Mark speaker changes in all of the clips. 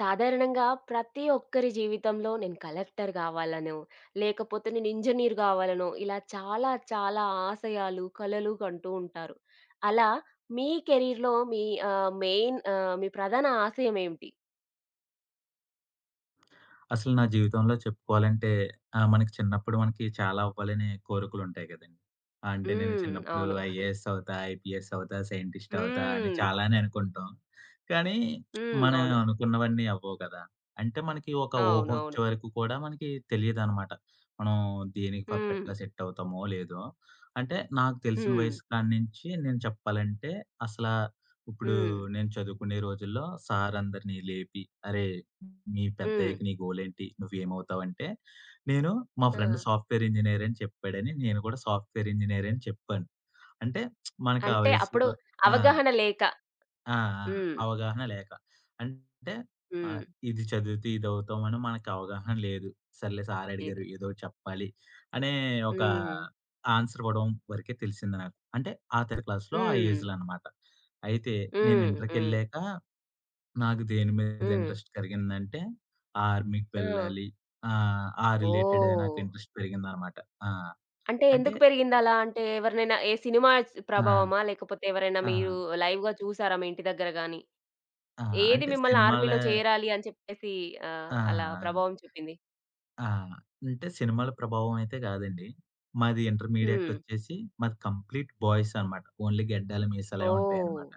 Speaker 1: సాధారణంగా ప్రతి ఒక్కరి జీవితంలో నేను కలెక్టర్ గావాలనో, లేకపోతే నేను ఇంజినీర్ గావాలనో, ఇలా చాలా చాలా ఆశయాలు, కలలు కంటూ ఉంటారు. అలా మీ కెరీర్‌లో మీ మెయిన్ మీ ప్రధాన ఆశయం ఏమిటి?
Speaker 2: అసలు నా జీవితంలో చెప్పుకోవాలంటే మనకి చిన్నప్పుడు మనకి చాలా అవ్వాలనే కోరికలుంటాయి గదండీ. అంటే నేను
Speaker 1: హ్మ్.
Speaker 2: చిన్నప్పుడు
Speaker 1: అవును.
Speaker 2: ఐఏఎస్ అవుతా, ఐపీఎస్ అవుతా, సైంటిస్ట్ అవుతా అని
Speaker 1: హ్మ్.
Speaker 2: చాలానే అనుకుంటాం. కానీ
Speaker 1: హ్మ్.
Speaker 2: మనం
Speaker 1: అవును.
Speaker 2: అనుకున్నవన్నీ అవ్వవు కదా! అంటే మనకి ఒక ఊహ
Speaker 1: అవునవును.
Speaker 2: వచ్చే వరకు కూడా మనకి తెలీదనమాట. మనం దేనికి
Speaker 1: హ్మ్.
Speaker 2: పర్ఫెక్ట్‌గా సెట్ అవుతామో లేదో. అంటే నాకు తెలిసిన
Speaker 1: హ్మ్.
Speaker 2: వయసు కాడ్నించి నేను చెప్పాలంటే అసల ఇప్పుడు
Speaker 1: హ్మ్.
Speaker 2: నేను చదువుకునే రోజుల్లో సార్ అందరిని లేపి "అరేయ్!" మీ
Speaker 1: హ్మ్.
Speaker 2: పెద్దయ్యకి నీ గోలేంటి? నువ్వేమవుతావంటే, నేను మా
Speaker 1: ఆ!
Speaker 2: ఫ్రెండ్ సాఫ్ట్‌వేర్ ఇంజినీర్ అని చెప్పాడని నేను కూడా సాఫ్ట్‌వేర్ ఇంజినీర్ అని చెప్పాను. అంటే మనకు ఆ
Speaker 1: అంటే అప్పుడు
Speaker 2: వయసులో ఆ!
Speaker 1: అవగాహన లేక.
Speaker 2: ఆ! ఆ!
Speaker 1: హ్మ్.
Speaker 2: అవగాహన లేక. అంటే ఆహ్,
Speaker 1: హ్మ్.
Speaker 2: ఇది చదివితే ఇదవుతామని మనకు అవగాహన లేదు. సర్లే సార్
Speaker 1: లేదు.
Speaker 2: అడిగారు ఏదో ఒకటి చెప్పాలి అనే ఒక
Speaker 1: హ్మ్.
Speaker 2: ఆన్సర్ ఇవ్వడం వరకే తెలిసింది నాకు. అంటే ఆ 3 క్లాస్‌లో ఆ
Speaker 1: హ్మ్.
Speaker 2: ఏజ్‌లో అనమాట. అయితే నేను
Speaker 1: హ్మ్. హ్మ్.
Speaker 2: ఇంటర్‌కెళ్ళాక నాకు దేని మీద
Speaker 1: హ్మ్.
Speaker 2: ఇంట్రెస్ట్ కరిగిందంటే, ఆర్మీకి
Speaker 1: ఆ!
Speaker 2: వెళ్ళాలి. ఆ రిలేటెడే నాకు
Speaker 1: ఓహ్!
Speaker 2: ఇంట్రెస్ట్ పెరిగిందనమాట. ఆ!
Speaker 1: అంటే
Speaker 2: అంటే
Speaker 1: ఎందుకు పెరిగిందలా? అంటే ఎవరినైనా ఏ సినిమా స్
Speaker 2: ఆ!
Speaker 1: ప్రభావమా? లేకపోతే ఎవరైనా
Speaker 2: ఆ!
Speaker 1: మీరు లైవ్‌గా చూసారా మీ ఇంటి దగ్గర గాని?
Speaker 2: ఆ!
Speaker 1: ఏది
Speaker 2: అంటే
Speaker 1: మిమ్మల్ని ఆర్మీలో చేరాలి అని చెప్పేసి
Speaker 2: ఆ!
Speaker 1: అలా
Speaker 2: ఆ!
Speaker 1: ప్రభావం చూపింది?
Speaker 2: ఆ! అంటే సినిమాల ప్రభావం అయితే కాదండి. మాది ఇంటర్మీడియేట్
Speaker 1: హ్మ్.
Speaker 2: వచ్చేసి మాది కంప్లీట్ బాయ్స్ అనమాట. ఓన్లీ గెడ్డాలు, మీసాలే
Speaker 1: ఓహ్!
Speaker 2: ఉంటాయనమాట.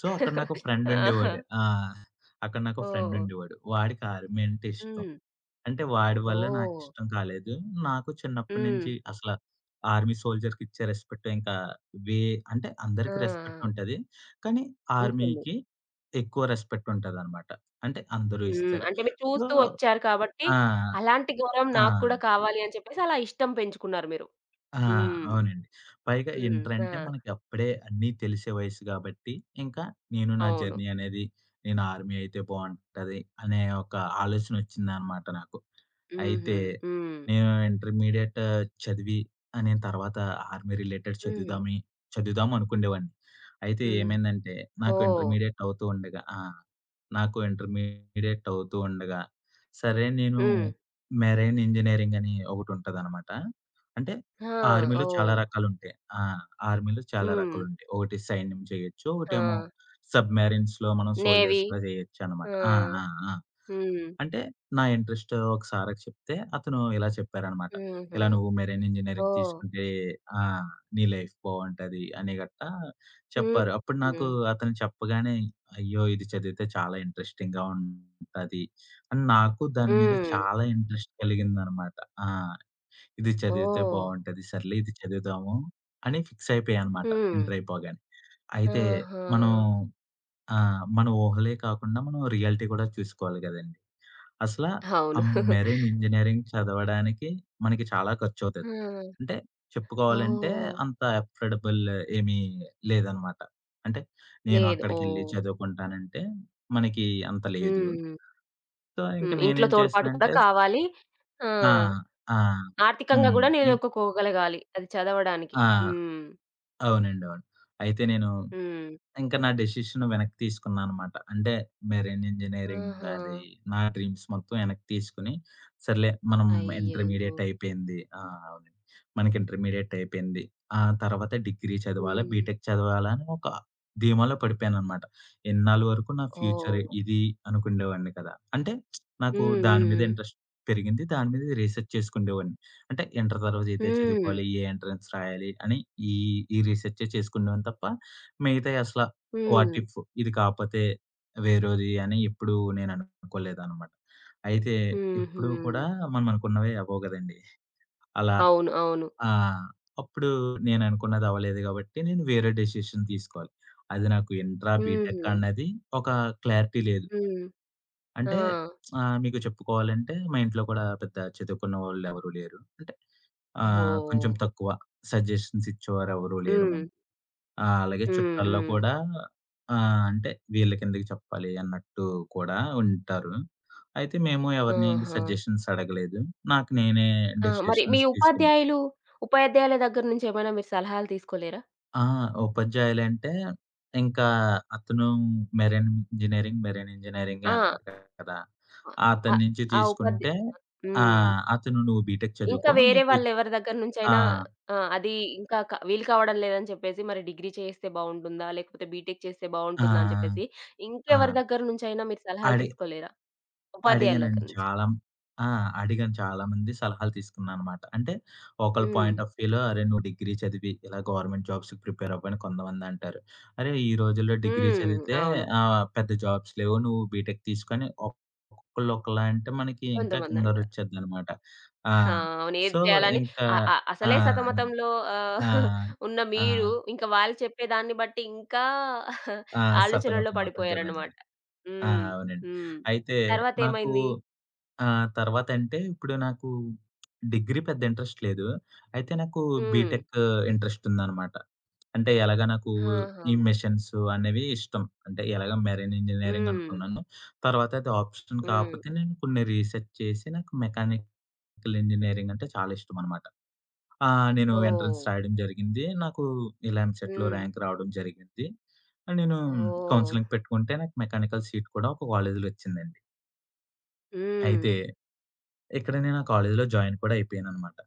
Speaker 2: సో, అక్కడ నాకు ఫ్రెండ్
Speaker 1: ఆహా!
Speaker 2: ఉండేవాడు. అక్కడ నాకు ఫ్రెండ్
Speaker 1: ఓహ్!
Speaker 2: ఉండేవాడు. వాడికి ఆర్మీ అంటే ఇష్టం.
Speaker 1: హ్మ్.
Speaker 2: అంటే వాడి వల్ల
Speaker 1: ఓహ్!
Speaker 2: నాకిష్టం కాలేదు. నాకు చిన్నప్పటి
Speaker 1: హ్మ్.
Speaker 2: నుంచి ఆర్మీ సోల్జర్‌కిచ్చే రెస్పెక్ట్ ఇంకా వే అంటే
Speaker 1: ఆ!
Speaker 2: అందరికి రెస్పెక్ట్ ఉంటది. కానీ
Speaker 1: ఉంటుంది.
Speaker 2: ఆర్మీకి ఎక్కువ రెస్పెక్ట్ ఉంటదనమాట. అంటే అందరూ
Speaker 1: హ్మ్.
Speaker 2: ఇస్తారు.
Speaker 1: అంటే మీరు
Speaker 2: సో
Speaker 1: చూస్తూ వచ్చారు కాబట్టి,
Speaker 2: ఆ!
Speaker 1: అలాంటి గౌరవం
Speaker 2: ఆ!
Speaker 1: నాకు కూడా కావాలి అని చెప్పేసి అలా ఇష్టం పెంచుకున్నారు మీరు.
Speaker 2: ఆ!
Speaker 1: హ్మ్.
Speaker 2: అవునండి. పైగా
Speaker 1: హ్మ్. ఆ!
Speaker 2: ఇంటరంటే మనకి అప్పుడే అన్నీ తెలిసే వయసు గాబట్టి, ఇంకా నేను నా
Speaker 1: అవును.
Speaker 2: జర్నీ అనేది నేను ఆర్మీ అయితే బావుంటది అనే ఒక ఆలోచనొచ్చిందనమాట నాకు.
Speaker 1: హుహు.
Speaker 2: అయితే
Speaker 1: హ్మ్.
Speaker 2: నేను ఇంటర్మీడియేట్ చదివి నేను తర్వాత ఆర్మీ రిలేటెడ్
Speaker 1: హ్మ్.
Speaker 2: చదువుదామి చదువుదాం అనుకుండేవాడిని. అయితే
Speaker 1: హ్మ్.
Speaker 2: ఏమైందంటే నాకు
Speaker 1: ఓహ్!
Speaker 2: ఇంటర్మీడియేట్ అవుతూ ఉండగా నాకు ఇంటర్మీడియేట్ అవుతూ ఉండగా, సరే నేను
Speaker 1: హ్మ్.
Speaker 2: మెరైన్ ఇంజినీరింగ్ అని ఒకటుంటదనమాట. అంటే
Speaker 1: ఆ!
Speaker 2: ఆర్మీలో చాలా
Speaker 1: ఓహ్!
Speaker 2: రకాలుంటాయి. ఆ! ఆర్మీలో చాలా
Speaker 1: హ్మ్.
Speaker 2: రకాలుంటాయి. ఒకటి సైన్యం చేయొచ్చు.
Speaker 1: ఆ!
Speaker 2: ఒకటేమో సబ్‌మెరైన్స్‌లో మనం
Speaker 1: నేవీ.
Speaker 2: సోల్జర్స్‌గా చేయొచ్చనమాట.
Speaker 1: ఆ!
Speaker 2: ఆ! ఆ! ఆ!
Speaker 1: హ్మ్.
Speaker 2: అంటే నా ఇంట్రెస్ట్ ఒక సార్‌కి చెప్తే అతను ఇలా చెప్పారనమాట.
Speaker 1: హుహు.
Speaker 2: ఇలా నువ్వు మెరైన్ ఇంజినీరింగ్
Speaker 1: ఓహ్!
Speaker 2: తీసుకుంటే ఆ! నీ లైఫ్ బావుంటది అని గట్టా
Speaker 1: హుహు.
Speaker 2: చెప్పారు. అప్పుడు నాకు
Speaker 1: హ్మ్.
Speaker 2: అతను చెప్పగానే అయ్యో! ఇది చదివితే చాలా ఇంట్రెస్టింగ్‌గా ఉంటది అని నాకు దాని మీద
Speaker 1: హ్మ్.
Speaker 2: చాలా ఇంట్రెస్ట్ కలిగిందనమాట. ఆ! ఇది చదివితే
Speaker 1: ఓహ్!
Speaker 2: బావుంటది. సర్లే ఇది చదువుదాము అని ఫిక్స్ అయిపోయానమాట
Speaker 1: హ్మ్.
Speaker 2: ఇంటర్ అయిపోగానే. అయితే
Speaker 1: ఆహా!
Speaker 2: మనం మన ఊహలే కాకుండా మనం రియాలిటీ కూడా చూసుకోవాలి గదండీ! అసలా ఆ
Speaker 1: అవును.
Speaker 2: మెరైన్ ఇంజినీరింగ్ చదవడానికి మనకి చాలా ఖర్చవుతది.
Speaker 1: ఆ!
Speaker 2: అంటే చెప్పుకోవాలంటే
Speaker 1: ఓహ్!
Speaker 2: అంత అఫోర్డబుల్ ఏమీ లేదనమాట. అంటే నేను
Speaker 1: లేదు.
Speaker 2: అక్కడికెళ్ళి
Speaker 1: ఓహ్!
Speaker 2: చదువుకుంటానంటే మనకి అంత లేదు.
Speaker 1: హ్మ్.
Speaker 2: సో, ఇంక
Speaker 1: హ్మ్. ఇంట్లో
Speaker 2: నేనేం
Speaker 1: తోడ్పాటు కూడా
Speaker 2: చేశానంటే
Speaker 1: కావాలి. ఆ!
Speaker 2: ఆ! ఆ!
Speaker 1: ఆర్థికంగా
Speaker 2: హ్మ్.
Speaker 1: గూడా
Speaker 2: ఇం
Speaker 1: నిలదొక్కుకోగలగాలి. అది చదవడానికి.
Speaker 2: ఆ!
Speaker 1: హ్మ్.
Speaker 2: అవునండి. అవును. అయితే నేను
Speaker 1: హ్మ్.
Speaker 2: ఇంక నా డెసిషన్ వెనక్కి తీసుకున్నాననమాట. అంటే మెరైన్ ఇంజినీరింగ్
Speaker 1: ఆహా!
Speaker 2: అది నా డ్రీమ్స్ మొత్తం వెనక్కి తీసుకొని, సర్లే మనం
Speaker 1: అయ్యయ్యో!
Speaker 2: ఇంటర్మీడియేట్ అయిపోయింది. అవునండి. మనకి ఇంటర్మీడియేట్ అయిపోయింది. ఆ తర్వాత డిగ్రీ చదవాలా,
Speaker 1: హ్మ్.
Speaker 2: బీటెక్ చదవాలా అని ఒక ధీమాలో పడిపోయాననమాట. ఇన్నాళ్ళ వరకు నా ఫ్యూచర్
Speaker 1: ఓహ్!
Speaker 2: ఇది అనుకుండేవాడిని కదా! అంటే నాకు
Speaker 1: హ్మ్.
Speaker 2: దాని మీద
Speaker 1: హ్మ్.
Speaker 2: ఇంట్రెస్ట్ పెరిగింది. దాని మీద రీసెర్చ్ చేసుకుండేవాడిని. అంటే ఇంటర్ తర్వాత ఇదే
Speaker 1: హ్మ్.
Speaker 2: చదువుకోవాలి, ఏ ఎంట్రన్స్ రాయాలి అని ఈ, ఈ రీసెర్చే చేసుకునేవాడిని తప్ప, మిగతాయి
Speaker 1: హ్మ్.
Speaker 2: వాట్
Speaker 1: హ్మ్.
Speaker 2: ఇఫ్ ఇది కాపోతే వేరేది అని ఎప్పుడూ నేననుకోలేదనమాట. అయితే
Speaker 1: హుహు.
Speaker 2: ఎప్పుడూ కూడా మనమనుకున్నవే అవ్వవు గదండీ! అలా
Speaker 1: అవును. అవును.
Speaker 2: ఆ! అప్పుడు నేననుకున్నది అవ్వలేదు గాబట్టి నేను వేరే డెసిషన్ తీసుకోవాలి. అది నాకు ఇంట్రా, బీటెక్
Speaker 1: హుహు.
Speaker 2: అన్నది ఒక క్లారిటీ లేదు.
Speaker 1: హ్మ్. ఆ!
Speaker 2: అంటే మీకు చెప్పుకోవాలంటే మా ఇంట్లో కూడా పెద్ద చదువుకున్న వాళ్ళెవరూ లేరు. అంటే
Speaker 1: ఓహ్!
Speaker 2: కొంచెం తక్కువ సజెషన్స్ ఇచ్చేవారెవరూ లేరు.
Speaker 1: హ్మ్.
Speaker 2: ఆ! అలాగే
Speaker 1: హ్మ్.
Speaker 2: చుట్టాల్లో
Speaker 1: హ్మ్.
Speaker 2: కూడా అంటే వీళ్ళ కిందకి చెప్పాలి అన్నట్టు కూడా ఉంటారు. అయితే మేము ఎవరిని
Speaker 1: ఆహా!
Speaker 2: సజెషన్స్ అడగలేదు. నాకు నేనే
Speaker 1: ఆ! మరి మీ
Speaker 2: డెసిషన్స్ తీసుకున్నా.
Speaker 1: ఉపాధ్యాయులు ఉపాధ్యాయుల దగ్గర నుంచి ఏమైనా మీరు సలహాలు తీసుకోలేరా?
Speaker 2: ఆ! ఉపాధ్యాయులంటే ఇంకా అతను మెరైన్ ఇంజినీరింగ్, మెరైన్ ఇంజినీరింగే
Speaker 1: ఆ!
Speaker 2: అన్నారు కదా!
Speaker 1: అ అ
Speaker 2: అతని నుంచి
Speaker 1: ఆ ఉపాధ్యా
Speaker 2: తీసుకుంటే ఆ!
Speaker 1: హ్మ్.
Speaker 2: అతను "నువ్వు బీటెక్
Speaker 1: ఇంకా
Speaker 2: చదువుకో. నీ
Speaker 1: వేరే
Speaker 2: ఫ్యూ"
Speaker 1: వాళ్ళెవరి దగ్గర
Speaker 2: ఆ!
Speaker 1: నుంచైనా అది ఇంకా క వీలు కావడం లేదని చెప్పేసి మరి డిగ్రీ చేస్తే బావుంటుందా? లేకపోతే బీటెక్ చేస్తే
Speaker 2: ఆ!
Speaker 1: బావుంటుందా? అని చెప్పేసి
Speaker 2: ఆ!
Speaker 1: ఇంకెవరి దగ్గర నుంచైనా మీరు సలహాలు
Speaker 2: అడి
Speaker 1: తీసుకోలేరా? ఉపాధ్యాయుల దగ్గర
Speaker 2: అడిగానండి.
Speaker 1: నుంచి.
Speaker 2: చాలా ఆ! అడిగాను. చాలామంది సలహాలు తీసుకున్నాననమాట. అంటే ఒకళ్ళ
Speaker 1: హ్మ్.
Speaker 2: పాయింట్ ఆఫ్ వ్యూలో "అరే! నువ్వు డిగ్రీ చదివి ఇలా గవర్నమెంట్ జాబ్స్‌కి ప్రిపేర్ అవ్వు" అని కొంతమంది అంటారు. "అరే! ఈ రోజుల్లో డిగ్రీ
Speaker 1: హ్మ్.
Speaker 2: చదివితే
Speaker 1: అవును.
Speaker 2: పెద్ద జాబ్స్ లేవు. నువ్వు బీటెక్ తీసుకొని" ఒక్కొక్కళ్ళు ఒకలా అంటే మనకి ఇంకా
Speaker 1: కొంతమందంటారు.
Speaker 2: కింగరోచ్చేద్దనమాట. ఆ!
Speaker 1: ఆ! అవును. ఏది
Speaker 2: సో,
Speaker 1: చేయాలని
Speaker 2: ఇంకా
Speaker 1: అ అ
Speaker 2: ఆ!
Speaker 1: అసలే సతమతంలో
Speaker 2: ఆ!
Speaker 1: ఉన్న
Speaker 2: ఆ!
Speaker 1: మీరు ఇంకా వాళ్ళు చెప్పేదాన్ని బట్టి ఇంకా
Speaker 2: ఆ!
Speaker 1: ఆలోచనల్లో
Speaker 2: సతమతం అవుతాం కదండీ!
Speaker 1: పడిపోయారన్నమాట.
Speaker 2: ఆ!
Speaker 1: హ్మ్.
Speaker 2: అవునండి.
Speaker 1: హ్మ్.
Speaker 2: అయితే నాకు
Speaker 1: తర్వాతేమైంది?
Speaker 2: ఆ! తర్వాతంటే ఇప్పుడు నాకు డిగ్రీ పెద్ద ఇంట్రెస్ట్ లేదు. అయితే నాకు
Speaker 1: హ్మ్.
Speaker 2: బీటెక్ ఇంట్రెస్ట్ ఉందనమాట. అంటే ఎలాగా నాకు
Speaker 1: ఆహా!
Speaker 2: ఈ మిషన్స్ అనేవి ఇష్టం. అంటే ఎలాగ మెరైన్ ఇంజినీరింగ్
Speaker 1: హ్మ్.
Speaker 2: అనుకున్నాను. తర్వాత అది ఆప్షన్ కాపోతే
Speaker 1: హ్మ్.
Speaker 2: నేను కొన్ని రీసెర్చ్ చేసి నాకు మెకానికల్ ఇంజినీరింగ్ అంటే చాలా ఇష్టమనమాట. ఆ! నేను
Speaker 1: ఓహ్!
Speaker 2: ఎంట్రన్స్ రాయడం జరిగింది. నాకు ఇలా ఎంసెట్‌లో
Speaker 1: హ్మ్.
Speaker 2: ర్యాంక్ రావడం జరిగింది. నేను
Speaker 1: ఓహ్!
Speaker 2: కౌన్సెలింగ్ పెట్టుకుంటే నాకు మెకానికల్ సీట్ కూడా ఒక కాలేజీలో వచ్చిందండి.
Speaker 1: హ్మ్.
Speaker 2: అయితే ఇక్కడ నేను ఆ కాలేజీలో జాయిన్ కూడా అయిపోయాననమాట.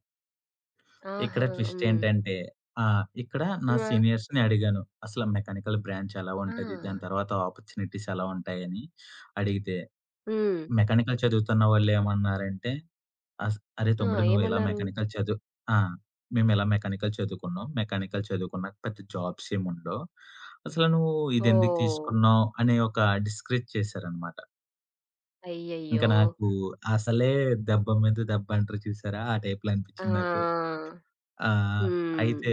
Speaker 2: ఇక్కడ
Speaker 1: ఆహా!
Speaker 2: ట్విస్ట్
Speaker 1: హ్మ్.
Speaker 2: ఏంటంటే ఇక్కడ నా
Speaker 1: ఆ!
Speaker 2: సీనియర్స్‌ని అడిగాను. అసలు మెకానికల్ బ్రాంచ్ ఎలా
Speaker 1: ఆ!
Speaker 2: ఉంటది? దాని తర్వాత ఆపర్చునిటీస్ ఎలా ఉంటాయని అడిగితే,
Speaker 1: హ్మ్.
Speaker 2: మెకానికల్ చదువుతున్న వాళ్ళేమన్నారంటే, "అరే!
Speaker 1: ఆ!
Speaker 2: తమ్ముడు నువ్వు ఇలా
Speaker 1: ఏమన్నారు?
Speaker 2: మెకానికల్ చదువు ఆ! మేము ఇలా మెకానికల్ చదువుకున్నాం. మెకానికల్ చదువుకున్నాక పెద్ద జాబ్స్ ఏమి ఉండవు. అసలు నువ్వు ఇదెందుకు
Speaker 1: ఓహ్!
Speaker 2: తీసుకున్నావు?" అనే ఒక డిస్కరేజ్ చేశారనమాట. ఇంకా
Speaker 1: అయ్యయ్యో!
Speaker 2: నాకు అసలే దెబ్బ మీద దెబ్బ అంటారు చూసారా? ఆ టైప్‌లో అనిపించింది నాకు.
Speaker 1: ఆ!
Speaker 2: ఆ!
Speaker 1: హ్మ్.
Speaker 2: అయితే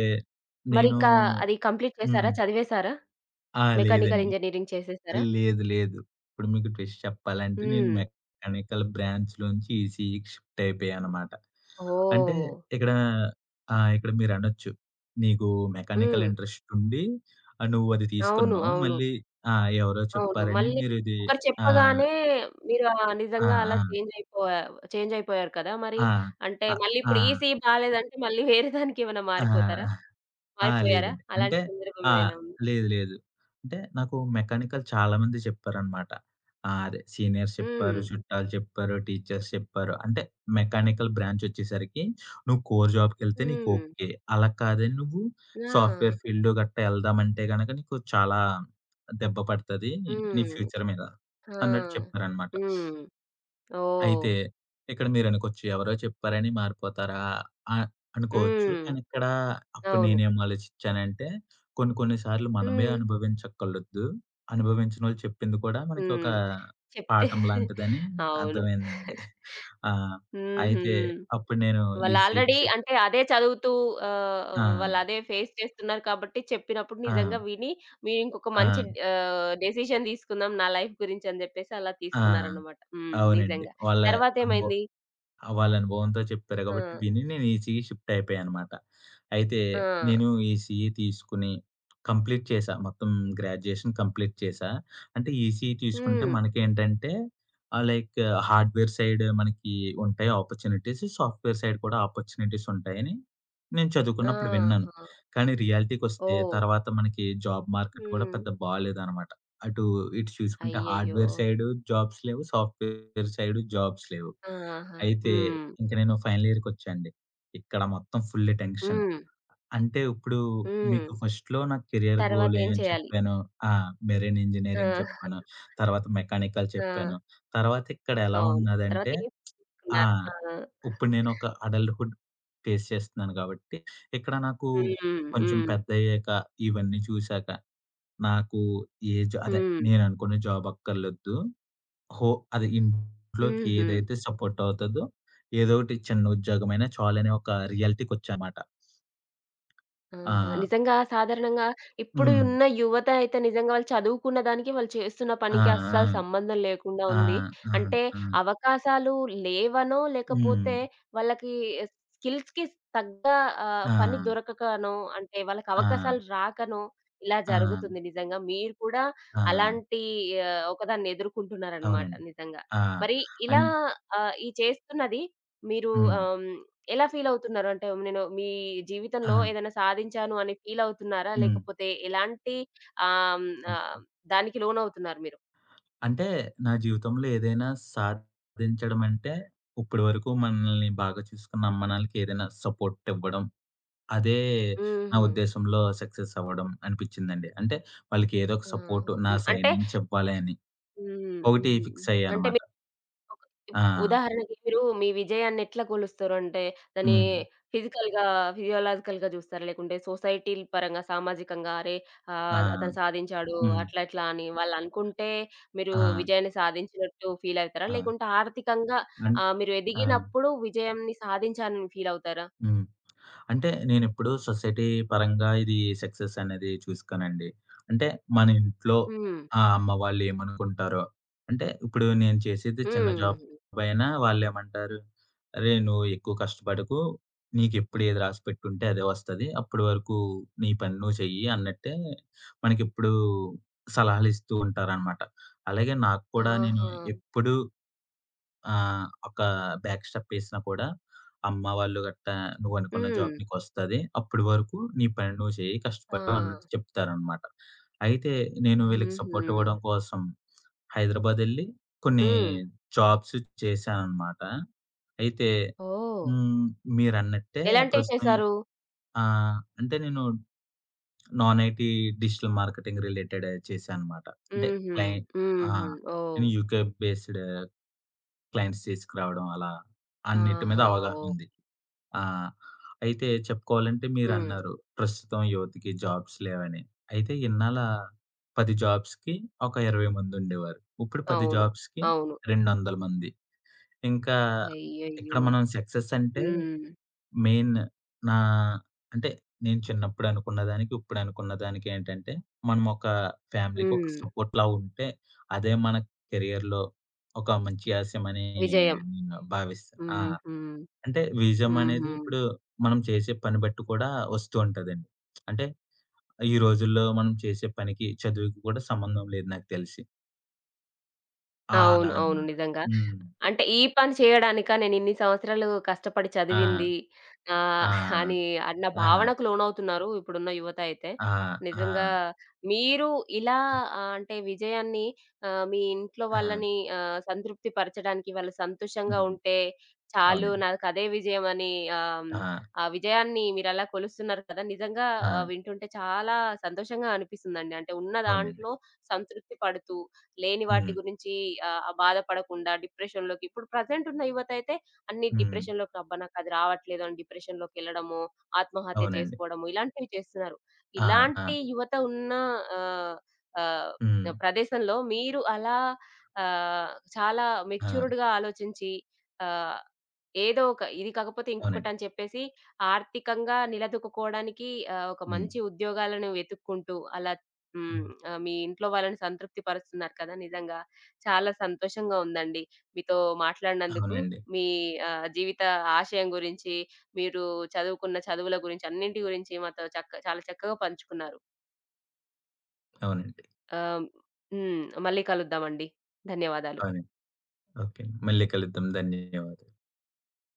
Speaker 2: నేను
Speaker 1: మరింకా అది కంప్లీట్ చేసారా?
Speaker 2: హ్మ్.
Speaker 1: చదివేసారా?
Speaker 2: ఆ!
Speaker 1: మెకానికల్
Speaker 2: లేదండి.
Speaker 1: ఇంజినీరింగ్ చేసేసారా?
Speaker 2: లేదు. లేదు. ఇప్పుడు మీకు ట్విస్ట్ చెప్పాలంటే నేను
Speaker 1: హ్మ్.
Speaker 2: మెకానికల్ బ్రాంచ్‌లోంచి ఈసీఈకి షిఫ్ట్ అయిపోయానన్నమాట. అంటే
Speaker 1: ఓహ్!
Speaker 2: ఇక్కడ ఆ! ఇక్కడ మీరనొచ్చు. నీకు మెకానికల్
Speaker 1: హ్మ్.
Speaker 2: ఇంట్రెస్ట్ ఉండి నువ్వు అది
Speaker 1: అవును.
Speaker 2: తీసుకున్నావు.
Speaker 1: అవును.
Speaker 2: మళ్ళీ ఆ! ఎవరో
Speaker 1: అవును.
Speaker 2: చెప్పారని
Speaker 1: మళ్ళీ
Speaker 2: మీరు ఇది
Speaker 1: ఒకరు
Speaker 2: ఆ!
Speaker 1: చెప్పగానే మీరు
Speaker 2: ఆ!
Speaker 1: నిజంగా అలా
Speaker 2: ఆ!
Speaker 1: చేంజ్ అయిపోయా చేంజ్ అయిపోయారు కదా! మరి
Speaker 2: ఆ!
Speaker 1: అంటే మళ్ళీ
Speaker 2: ఆ!
Speaker 1: ఇప్పుడు ఈ సీ బాలేదంటే మళ్ళీ వేరే దానికేమైనా
Speaker 2: ఆ!
Speaker 1: మారిపోతారా?
Speaker 2: ఆ! ఆ!
Speaker 1: మారిపోయారా?
Speaker 2: లేదండి. అంటే
Speaker 1: అలాంటి సందర్భం
Speaker 2: ఆ!
Speaker 1: ఏమైనా ఉందా?
Speaker 2: లేదు. లేదు. అంటే నాకు మెకానికల్ చాలా మంది చెప్పారనమాట. అదే సీనియర్స్ చెప్పారు,
Speaker 1: హ్మ్.
Speaker 2: చుట్టాలు చెప్పారు, టీచర్స్ చెప్పారు. అంటే మెకానికల్ బ్రాంచ్ వచ్చేసరికి నువ్వు కోర్ జాబ్‌కెళ్తే నీకు
Speaker 1: హ్మ్.
Speaker 2: ఓకే. అలా కాదని నువ్వు
Speaker 1: ఆ!
Speaker 2: సాఫ్ట్‌వేర్ ఫీల్డ్ గట్టా ఎళ్దామంటే గనక నీకు చాలా దెబ్బ పడతది నీ
Speaker 1: హ్మ్.
Speaker 2: ఫ్యూచర్ మీద
Speaker 1: ఆ!
Speaker 2: అన్నట్టు చెప్పారనమాట.
Speaker 1: హ్మ్. ఓహ్!
Speaker 2: అయితే, ఇక్కడ మీరనుకోవచ్చు ఎవరో చెప్పారని మారిపోతారా ఆహ్, అనుకోవచ్చు.
Speaker 1: హ్మ్.
Speaker 2: కానీ ఇక్కడ అప్పుడు
Speaker 1: అవును.
Speaker 2: నేనేం ఆలోచించానంటే, కొన్ని కొన్ని సార్లు మనమే
Speaker 1: హ్మ్.
Speaker 2: అనుభవించక్కర్లొద్దు. అనుభవించినోళ్ళు చెప్పింది కూడా మనకి ఒక
Speaker 1: హ్మ్. చెప్తే
Speaker 2: పాఠం లాంటిదని
Speaker 1: అవును.
Speaker 2: అర్థమైందండి. ఆ!
Speaker 1: హుహు.
Speaker 2: అయితే అప్పుడు నేను ఈ
Speaker 1: వాళ్ళు ఆల్రెడీ
Speaker 2: సీక్రెట్
Speaker 1: అంటే అదే చదువుతూ
Speaker 2: ఆ!
Speaker 1: వాళ్ళు అదే ఫేస్ చేస్తున్నారు కాబట్టి చెప్పినప్పుడు
Speaker 2: ఆ!
Speaker 1: నిజంగా విని మీరు ఇంకొక
Speaker 2: ఆ!
Speaker 1: మంచి డెసిషన్ తీసుకుందాం నా లైఫ్ గురించి అని చెప్పేసి అలా
Speaker 2: ఆ!
Speaker 1: తీసుకున్నారన్నమాట. హ్మ్.
Speaker 2: అవునండి.
Speaker 1: నిజంగా.
Speaker 2: వాళ్ళ అనుభ
Speaker 1: తర్వాతేమైంది?
Speaker 2: ఆ! వాళ్ళ అనుభవంతో చెప్తారు
Speaker 1: ఆ!
Speaker 2: గాబట్టి విని నేను ఈసీఈ షిఫ్ట్ అయిపోయానన్నమాట. అయితే
Speaker 1: ఆ!
Speaker 2: నేను ఈసీఈ తీసుకొని కంప్లీట్ చేశా. మొత్తం గ్రాడ్యుయేషన్ కంప్లీట్ చేశా. అంటే ఈసీఈ తీసుకుంటే
Speaker 1: హ్మ్.
Speaker 2: మనకేంటంటే లైక్ హార్డ్‌వేర్ సైడ్ మనకి ఉంటాయి ఆపర్చునిటీస్. సాఫ్ట్‌వేర్ సైడ్ కూడా ఆపర్చునిటీస్ ఉంటాయని నేను చదువుకున్నప్పుడు విన్నాను.
Speaker 1: ఆహా!
Speaker 2: కానీ రియాలిటీకొస్తే
Speaker 1: ఓహ్!
Speaker 2: తర్వాత మనకి జాబ్ మార్కెట్ కూడా
Speaker 1: హ్మ్.
Speaker 2: పెద్ద బాలేదన్నమాట. అటు ఇటు చూసుకుంటే
Speaker 1: అయ్యయ్యో!
Speaker 2: హార్డ్‌వేర్ సైడు జాబ్స్ లేవు. సాఫ్ట్‌వేర్ సైడు జాబ్స్ లేవు.
Speaker 1: ఆహా!
Speaker 2: అయితే
Speaker 1: హ్మ్.
Speaker 2: ఇంక నేను ఫైనల్ ఇయర్‌కొచ్చా అండి. ఇక్కడ మొత్తం ఫుల్ టెన్షన్.
Speaker 1: హ్మ్.
Speaker 2: అంటే ఇప్పుడు
Speaker 1: హ్మ్.
Speaker 2: మీకు ఫస్ట్‌లో నా కెరియర్ గోల్
Speaker 1: తర్వాతేం
Speaker 2: ఏమని
Speaker 1: చేయాలి?
Speaker 2: చెప్పాను. ఆ! మెరైన్ ఇంజినీరింగ్
Speaker 1: ఆ!
Speaker 2: చెప్పాను. తర్వాత మెకానికల్
Speaker 1: ఆ!
Speaker 2: చెప్పాను. తర్వాత ఇక్కడ ఎలా
Speaker 1: అవును. తర్వాత
Speaker 2: ఉన్నదంటే
Speaker 1: ఏం
Speaker 2: ఆ!
Speaker 1: చేసుకున్నారు? ఆ!
Speaker 2: ఇప్పుడు నేను ఒక అడల్ట్‌హుడ్ ఫేస్ చేస్తున్నాను కాబట్టి, ఇక్కడ నాకు
Speaker 1: హ్మ్.
Speaker 2: కొంచెం
Speaker 1: హ్మ్.
Speaker 2: పెద్దయ్యాక ఇవన్నీ చూసాక నాకు ఏ జా అదే
Speaker 1: హ్మ్.
Speaker 2: నేననుకునే జాబ్ అక్కర్లొద్దు. హో అదే ఇంట్లోకి
Speaker 1: హుహు.
Speaker 2: ఏదైతే సపోర్ట్ అవుతదో, ఏదోకటి చిన్న ఉద్యోగమైనా చాలనే ఒక రియాలిటీకొచ్చానమాట. ఆ!
Speaker 1: ఆహా! నిజంగా సాధారణంగా ఇప్పుడు
Speaker 2: హ్మ్.
Speaker 1: ఉన్న యువత అయితే నిజంగా వాళ్ళు చదువుకున్న దానికి, వాళ్ళు చేస్తున్న
Speaker 2: ఆ!
Speaker 1: పనికి
Speaker 2: ఆ!
Speaker 1: అస్సలు సంబంధం లేకుండా
Speaker 2: ఆ!
Speaker 1: ఉంది.
Speaker 2: ఆ!
Speaker 1: అంటే
Speaker 2: ఆ!
Speaker 1: అవకాశాలు లేవనో,
Speaker 2: హ్మ్.
Speaker 1: లేకపోతే వాళ్ళకి స్కిల్స్‌కి తగ్గ
Speaker 2: ఆ!
Speaker 1: పని దొరకకనో, అంటే వాళ్ళకి
Speaker 2: ఆ!
Speaker 1: అవకాశాలు రాకనో ఇలా
Speaker 2: ఆ!
Speaker 1: జరుగుతుంది నిజంగా. మీరు కూడా
Speaker 2: ఆ!
Speaker 1: అలాంటి ఒకదాన్ని ఎదుర్కొంటున్నారనమాట
Speaker 2: అవునండి.
Speaker 1: నిజంగా.
Speaker 2: ఆ!
Speaker 1: మరి ఇలా
Speaker 2: అన్
Speaker 1: ఈ చేస్తున్నది మీరు
Speaker 2: హ్మ్.
Speaker 1: ఆహ్, హ్మ్ ఎలా ఫీలవుతున్నారు? అంటే నేను మీ జీవితంలో
Speaker 2: ఆ!
Speaker 1: ఏదైనా సాధించాను అని ఫీలవుతున్నారా?
Speaker 2: హ్మ్.
Speaker 1: లేకపోతే ఎలాంటి ఆహ్, హ్మ్,
Speaker 2: హ్మ్.
Speaker 1: ఆహ్, దానికి లోనవుతున్నారు మీరు?
Speaker 2: అంటే నా జీవితంలో ఏదైనా సాధించడమంటే, ఇప్పటి వరకు మనల్ని బాగా చూసుకున్న అమ్మ, నాన్నలకి ఏదైనా సపోర్టివ్వడం అదే నా
Speaker 1: హుహు.
Speaker 2: ఉద్దేశంలో సక్సెస్ అవ్వడం అనిపిచ్చిందండి. అంటే వాళ్ళకి ఏదో ఒక సపోర్ట్
Speaker 1: ఆహా!
Speaker 2: నా
Speaker 1: హ్మ్.
Speaker 2: సైడ్
Speaker 1: అంటే
Speaker 2: నుంచి ఇవ్వాలి అని.
Speaker 1: హ్మ్.
Speaker 2: ఒకటి
Speaker 1: హ్మ్.
Speaker 2: ఫిక్స్
Speaker 1: అంటే
Speaker 2: అయ్యానమాట.
Speaker 1: ఒక
Speaker 2: ఆ!
Speaker 1: ఉదాహరణకి మీరు మీ విజయాన్ని ఎట్లా కొలుస్తారు? అంటే దాన్ని
Speaker 2: హ్మ్.
Speaker 1: ఫిజికల్‌గా, ఫిజియోలాజికల్‌గా చూస్తారా? లేకుంటే సొసైటీ పరంగా, సామాజికంగా అరే!
Speaker 2: ఆ!
Speaker 1: అతను సాధించాడు
Speaker 2: హ్మ్.
Speaker 1: అట్లా, ఇట్లా అని వాళ్ళనుకుంటే మీరు
Speaker 2: ఆ!
Speaker 1: విజయాన్ని సాధించినట్టు ఫీల్ అవుతారా?
Speaker 2: ఆ!
Speaker 1: లేకుంటే ఆర్థికంగా
Speaker 2: అన్
Speaker 1: మీరు
Speaker 2: ఆ!
Speaker 1: ఎదిగినప్పుడు విజయాన్ని సాధించానని ఫీల్ అవుతారా?
Speaker 2: హ్మ్. అంటే నేనెప్పుడు సొసైటీ పరంగా ఇది సక్సెస్ అనేది చూసుకోనండి. అంటే మన ఇంట్లో
Speaker 1: హ్మ్.
Speaker 2: అమ్మ వాళ్ళు ఏమనుకుంటారో, అంటే ఇప్పుడు నేను చేసేది చిన్న జాబ్
Speaker 1: హ్మ్.
Speaker 2: అయినా వాళ్ళేమంటారు, "అరేయ్! నువ్వు ఎక్కువ కష్టపడకు. నీకెప్పుడు ఏది రాసి పెట్టుంటే అదే వస్తది. అప్పటి వరకు నీ పని నువ్వు చెయ్యి" అన్నట్టే మనకెప్పుడు సలహాలిస్తూ ఉంటారనమాట. అలాగే నాకు కూడా నేను
Speaker 1: ఆహా!
Speaker 2: ఎప్పుడూ ఆ! ఒక బ్యాక్ స్టెప్ ఏసినా కూడా, అమ్మ వాళ్ళు గట్టా "నువ్వనుకున్న
Speaker 1: హ్మ్.
Speaker 2: జాబ్ నీకొస్తది. అప్పటి వరకు నీ పని నువ్వు చెయ్యి.
Speaker 1: ఆ!
Speaker 2: కష్టపడు" అన్నట్టు చెప్తారనమాట. అయితే నేను వీళ్ళకి
Speaker 1: హుహు.
Speaker 2: సపోర్ట్ ఇవ్వడం కోసం హైదరాబాదెళ్లి కొన్ని
Speaker 1: హ్మ్.
Speaker 2: జాబ్స్ చేశాననమాట. అయితే
Speaker 1: ఓహ్!
Speaker 2: హ్మ్. మీరన్నట్టే
Speaker 1: ఎలాంటివి
Speaker 2: ప్రస్తుతం
Speaker 1: చేశారు?
Speaker 2: ఆ! అంటే నేను non IT digital marketing related చేశాననమాట. అంటే
Speaker 1: హుహు.
Speaker 2: క్లై ఆ!
Speaker 1: హుహు. ఓహ్!
Speaker 2: నేను యూకే బేస్డ్ క్లయింట్స్ తీసుకురావడం అలా అన్నిటి మీద
Speaker 1: ఆహా! ఓహ్!
Speaker 2: అవగాహనుంది. ఆ! అయితే చెప్పుకోవాలంటే
Speaker 1: హ్మ్.
Speaker 2: మీరన్నారు ప్రస్తుతం యువతకి జాబ్స్ లేవని. అయితే 10 జాబ్స్‌కి ఒక 20 మందుండేవారు. ఇప్పుడు 10
Speaker 1: అవును.
Speaker 2: జాబ్స్‌కి
Speaker 1: అవును.
Speaker 2: 200 మంది. ఇంకా ఇక్కడ
Speaker 1: అయ్యయ్యో!
Speaker 2: మనం సక్సెస్ అంటే
Speaker 1: హ్మ్.
Speaker 2: మెయిన్ నా అంటే నేను చిన్నప్పుడు అనుకున్న దానికి, ఇప్పుడు అనుకున్న దానికి ఏంటంటే, మనం ఒక ఫ్యామిలీకి ఒక
Speaker 1: హ్మ్.
Speaker 2: సపోర్ట్‌లా ఉంటే, అదే మన కెరియర్‌లో ఒక మంచి ఆశయమని
Speaker 1: విజయం.
Speaker 2: నేను భావిస్తాను.
Speaker 1: హుహు.
Speaker 2: అంటే విజయం అనేది
Speaker 1: హుహు.
Speaker 2: ఇప్పుడు మనం చేసే పని బట్టి కూడా వస్తూ ఉంటదండి. అంటే ఈ రోజుల్లో మనం చేసే పనికి, చదువుకి కూడా సంబంధం లేదు నాకు తెలిసి. అలా
Speaker 1: అవును. అవును.
Speaker 2: అనమాట.
Speaker 1: నిజంగా.
Speaker 2: హ్మ్.
Speaker 1: అంటే ఈ పని చేయడానికా నేనిన్ని సంవత్సరాలు కష్టపడి
Speaker 2: ఆ!
Speaker 1: చదివింది
Speaker 2: ఆ!
Speaker 1: ఆహ్, అని అన్న
Speaker 2: ఆ!
Speaker 1: భావనకు లోనవుతున్నారు ఇప్పుడున్న యువత అయితే.
Speaker 2: ఆ! ఆ! ఆ!
Speaker 1: నిజంగా మీరు ఇలా అంటే విజయాన్ని మీ ఇంట్లో
Speaker 2: ఆ!
Speaker 1: వాళ్ళని సంతృప్తి పరచడానికి వాళ్ళు సంతోషంగా
Speaker 2: హ్మ్.
Speaker 1: ఉంటే చాలు
Speaker 2: అవునండి.
Speaker 1: నాకదే విజయం అని ఆహ్,
Speaker 2: ఆ!
Speaker 1: ఆ విజయాన్ని మీరలా కొలుస్తున్నారు కదా! నిజంగా
Speaker 2: ఆ!
Speaker 1: వింటుంటే చాలా సంతోషంగా అనిపిస్తుందండి. అంటే ఉన్న
Speaker 2: అవునండి.
Speaker 1: దాంట్లో సంతృప్తి పడుతూ లేని వాటి
Speaker 2: హ్మ్.
Speaker 1: గురించి ఆహ్, ఆహ్, బాధపడకుండా డిప్రెషన్‌లోకి ఇప్పుడు ప్రెజెంట్ ఉన్న యువత అయితే అన్ని
Speaker 2: హ్మ్.
Speaker 1: డిప్రెషన్‌లోకి అబ్బా! నాకది రావట్లేదు అని డిప్రెషన్‌లోకెళ్ళడము, ఆత్మహత్య
Speaker 2: అవునండి.
Speaker 1: చేసుకోవడము ఇలాంటివి చేస్తున్నారు.
Speaker 2: ఆ! ఆ!
Speaker 1: ఇలాంటి యువత ఉన్న ఆహ్, ఆహ్,
Speaker 2: హ్మ్.
Speaker 1: ప్రదేశంలో మీరు అలా చాలా
Speaker 2: ఆ!
Speaker 1: మెచ్యూర్డ్‌గా ఆలోచించి ఆహ్, ఏదో ఒక ఇది కాకపోతే
Speaker 2: అవునండి.
Speaker 1: ఇంకొకటని చెప్పేసి, ఆర్థికంగా నిలదొక్కుకోవడానికి ఒక
Speaker 2: హ్మ్.
Speaker 1: మంచి ఉద్యోగాలను వెతుక్కుంటూ అలా హ్మ్.
Speaker 2: హ్మ్.
Speaker 1: మీ ఇంట్లో వాళ్ళని సంతృప్తి పరుస్తున్నారు కదా! నిజంగా చాలా సంతోషంగా ఉందండి. మీతో మాట్లాడినందుకు,
Speaker 2: అవునండి.
Speaker 1: మీ జీవిత ఆశయం గురించి, మీరు చదువుకున్న చదువుల గురించి, అన్నింటి గురించి మాతో చాలా చక్కగా పంచుకున్నారు.
Speaker 2: అవునండి.
Speaker 1: ఆహ్, హ్మ్. మళ్ళీ కలుద్దామండి. ధన్యవాదాలు.
Speaker 2: అవునండి. ఓకే అండి. మళ్ళీ కలుద్దాం. ధన్యవాదాలు.